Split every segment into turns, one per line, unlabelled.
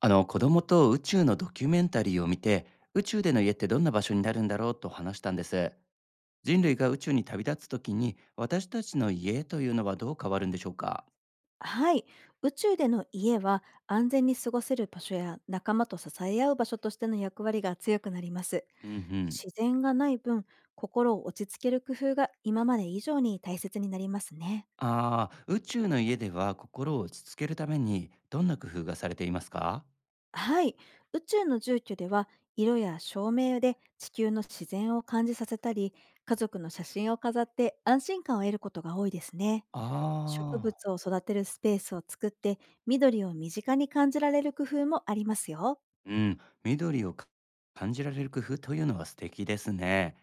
あの子供と宇宙のドキュメンタリーを見て、宇宙での家ってどんな場所になるんだろうと話したんです。人類が宇宙に旅立つ時に、私たちの家というのはどう変わるんでしょうか？
はい。宇宙での家は安全に過ごせる場所や仲間と支え合う場所としての役割が強くなります。
うんうん。
自然がない分、心を落ち着ける工夫が今まで以上に大切になりますね。
ああー、宇宙の家では心を落ち着けるためにどんな工夫がされていますか？
はい。宇宙の住居では、色や照明で地球の自然を感じさせたり、家族の写真を飾って安心感を得ることが多いですね。植
ああ
物
ー、
を育てるスペースを作って、緑を身近に感じられる工夫もありますよ。
うん、緑をか、感じられる工夫というのは素敵ですね。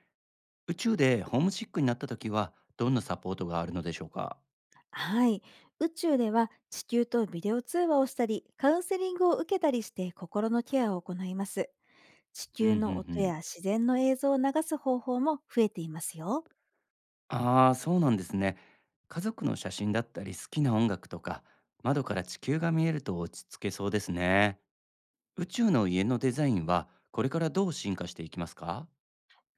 宇宙でホームシックになった時は、どんなサポートがあるのでしょうか？
はい。宇宙では地球とビデオ通話をしたり、カウンセリングを受けたりして心のケアを行います。地
うんうん。
球
う
の音や
ん。
自然の映像を流す方法も増えていますよ。
ああ、そうなんですね。家族の写真だったり好きな音楽とか、窓から地球が見えると落ち着けそうですね。宇宙の家のデザインはこれからどう進化していきますか？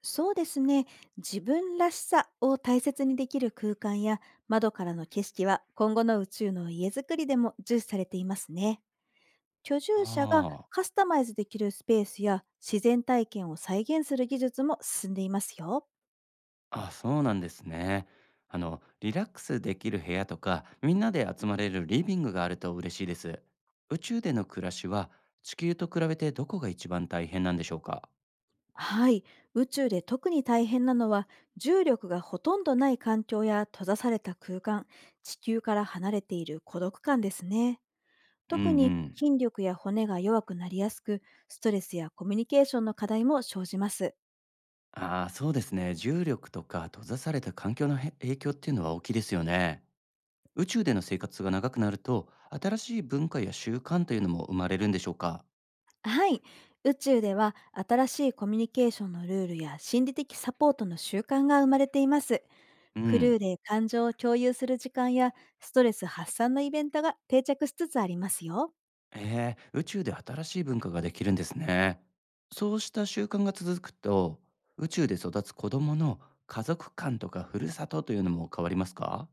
そうですね。自分らしさを大切にできる空間や窓からの景色は、今後の宇宙の家づくりでも重視されていますね。居住者が
あ
カスタマイズできるスペースや自然体験を再現する技術も進んでいますよ。
あ、あ、そうなんですね。リラックスできる部屋とか、みんなで集まれるリビングがあると嬉しいです。宇宙での暮らしは地球と比べて、どこが一番大変なんでしょうか？
はい、宇宙で特に大変なのは、重力がほとんどない環境や閉ざされた空間、地球から離れている孤独感ですね。
うんう
特に
ん。
筋力や骨が弱くなりやすく、ストレスやコミュニケーションの課題も生じます。
ああ、そうですね。重力とか閉ざされた環境のへ影響っていうのは大きいですよね。宇宙での生活が長くなると、新しい文化や習慣というのも生まれるんでしょうか？
はい、宇宙では新しいコミュニケーションのルールや心理的サポートの習慣が生まれています。
う
ク
ん。
ルーで感情を共有する時間や、ストレス発散のイベントが定着しつつありますよ。
ええ、宇宙で新しい文化ができるんですね。そうした習慣が続くと、宇宙で育つ子供の家族観とかふるさとというのも変わりますか？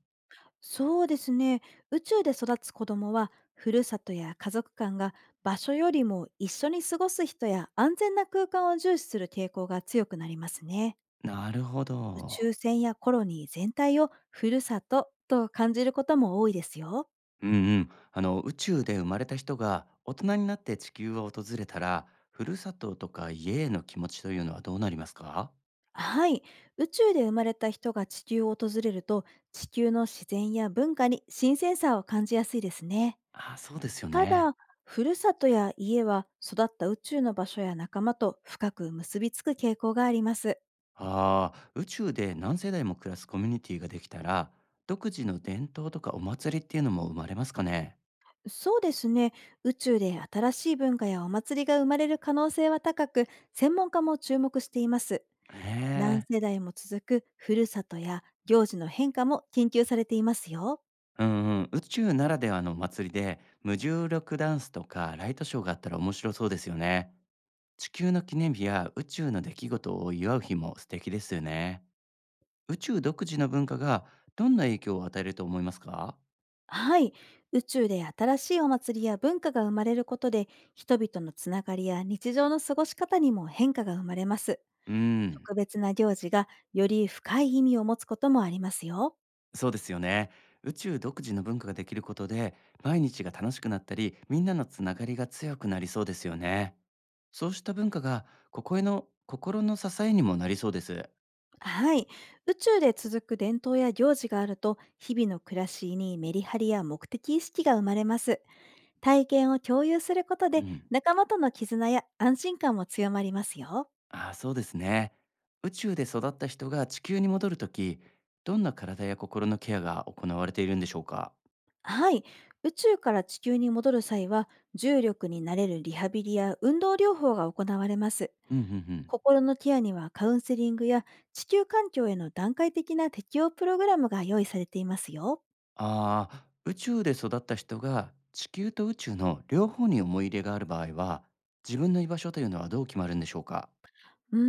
そうですね。宇宙で育つ子供は、ふるさとや家族間が、場所よりも一緒に過ごす人や安全な空間を重視する傾向が強くなりますね。
なるほ
宇
ど。
宙船やコロニー全体をふるさとと感じることも多いですよ。
うんうん。宇宙で生まれた人が大人になって地球を訪れたら、ふるさととか家への気持ちというのはどうなりますか？
はい。宇宙で生まれた人が地球を訪れると、地球の自然や文化に新鮮さを感じやすいですね。
ああ、そうですよ
た
ね。
だ、ふるさとや家は、育った宇宙の場所や仲間と深く結びつく傾向があります。
ああ、宇宙で何世代も暮らすコミュニティができたら、独自の伝統とかお祭りっていうのも生まれますかね？
そうですね。宇宙で新しい文化やお祭りが生まれる可能性は高く、専門家も注目しています。
へ
何
え。
世代も続くふるさとや行事の変化も研究されていますよ。
うんうん。宇宙ならではのお祭りで、無重力ダンスとかライトショーがあったら面白そうですよね。地球の記念日や宇宙の出来事を祝う日も素敵ですよね。宇宙独自の文化がどんな影響を与えると思いますか？
はい。宇宙で新しいお祭りや文化が生まれることで、人々のつながりや日常の過ごし方にも変化が生まれます。
うん、
特別な行事がより深い意味を持つこともありますよ。
そうですよね。宇宙独自の文化ができることで、毎日が楽しくなったり、みんなのつながりが強くなりそうですよね。そうした文化が、ここへの心の支えにもなりそうです。
はい。宇宙で続く伝統や行事があると、日々の暮らしにメリハリや目的意識が生まれます。体験を共有すること
う
で、
ん。
仲間との絆や安心感も強まりますよ。
ああ、そうですね。宇宙で育った人が地球に戻るとき、どんな体や心のケアが行われているんでしょうか？
はい。宇宙から地球に戻る際は、重力になれるリハビリや運動療法が行われます。
うんうんうん。
心のケアには、カウンセリングや地球環境への段階的な適応プログラムが用意されていますよ。
ああ、宇宙で育った人が地球と宇宙の両方に思い入れがある場合は、自分の居場所というのはどう決まるんでしょうか？
うー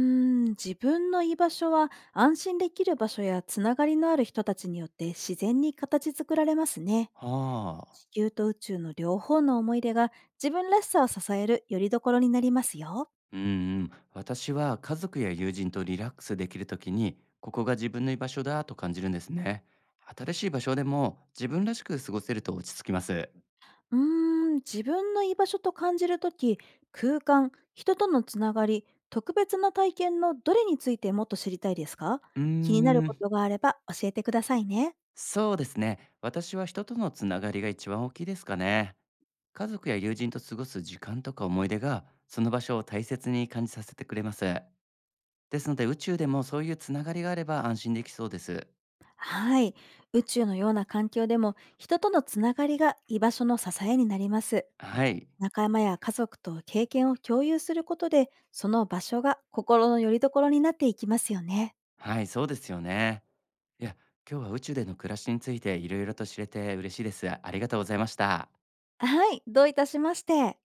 ん、自分の居場所は、安心できる場所やつながりのある人たちによって自然に形作られますね。
はあ。
地球と宇宙の両方の思い出が、自分らしさを支える拠り所になりますよ。
うんうん。私は家族や友人とリラックスできるときに、ここが自分の居場所だと感じるんですね。新しい場所でも自分らしく過ごせると落ち着きます。
うーん、自分の居場所と感じるとき、空間、人とのつながり、特別な体験のどれについてもっと知りたいですか？
う
気にな
ー
るこ
ん。
とがあれば教えてくださいね。
そうですね。私は人とのつながりが一番大きいですかね。家族や友人と過ごす時間とか思い出が、その場所を大切に感じさせてくれます。ですので、宇宙でもそういうつながりがあれば安心できそうです。
はい。宇宙のような環境でも、人とのつながりが居場所の支えになります。
はい。
仲間や家族と経験を共有することで、その場所が心の拠り所になっていきますよね。
はい、そうですよね。いや、今日は宇宙での暮らしについていろいろと知れて嬉しいです。ありがとうございました。
はい、どういたしまして。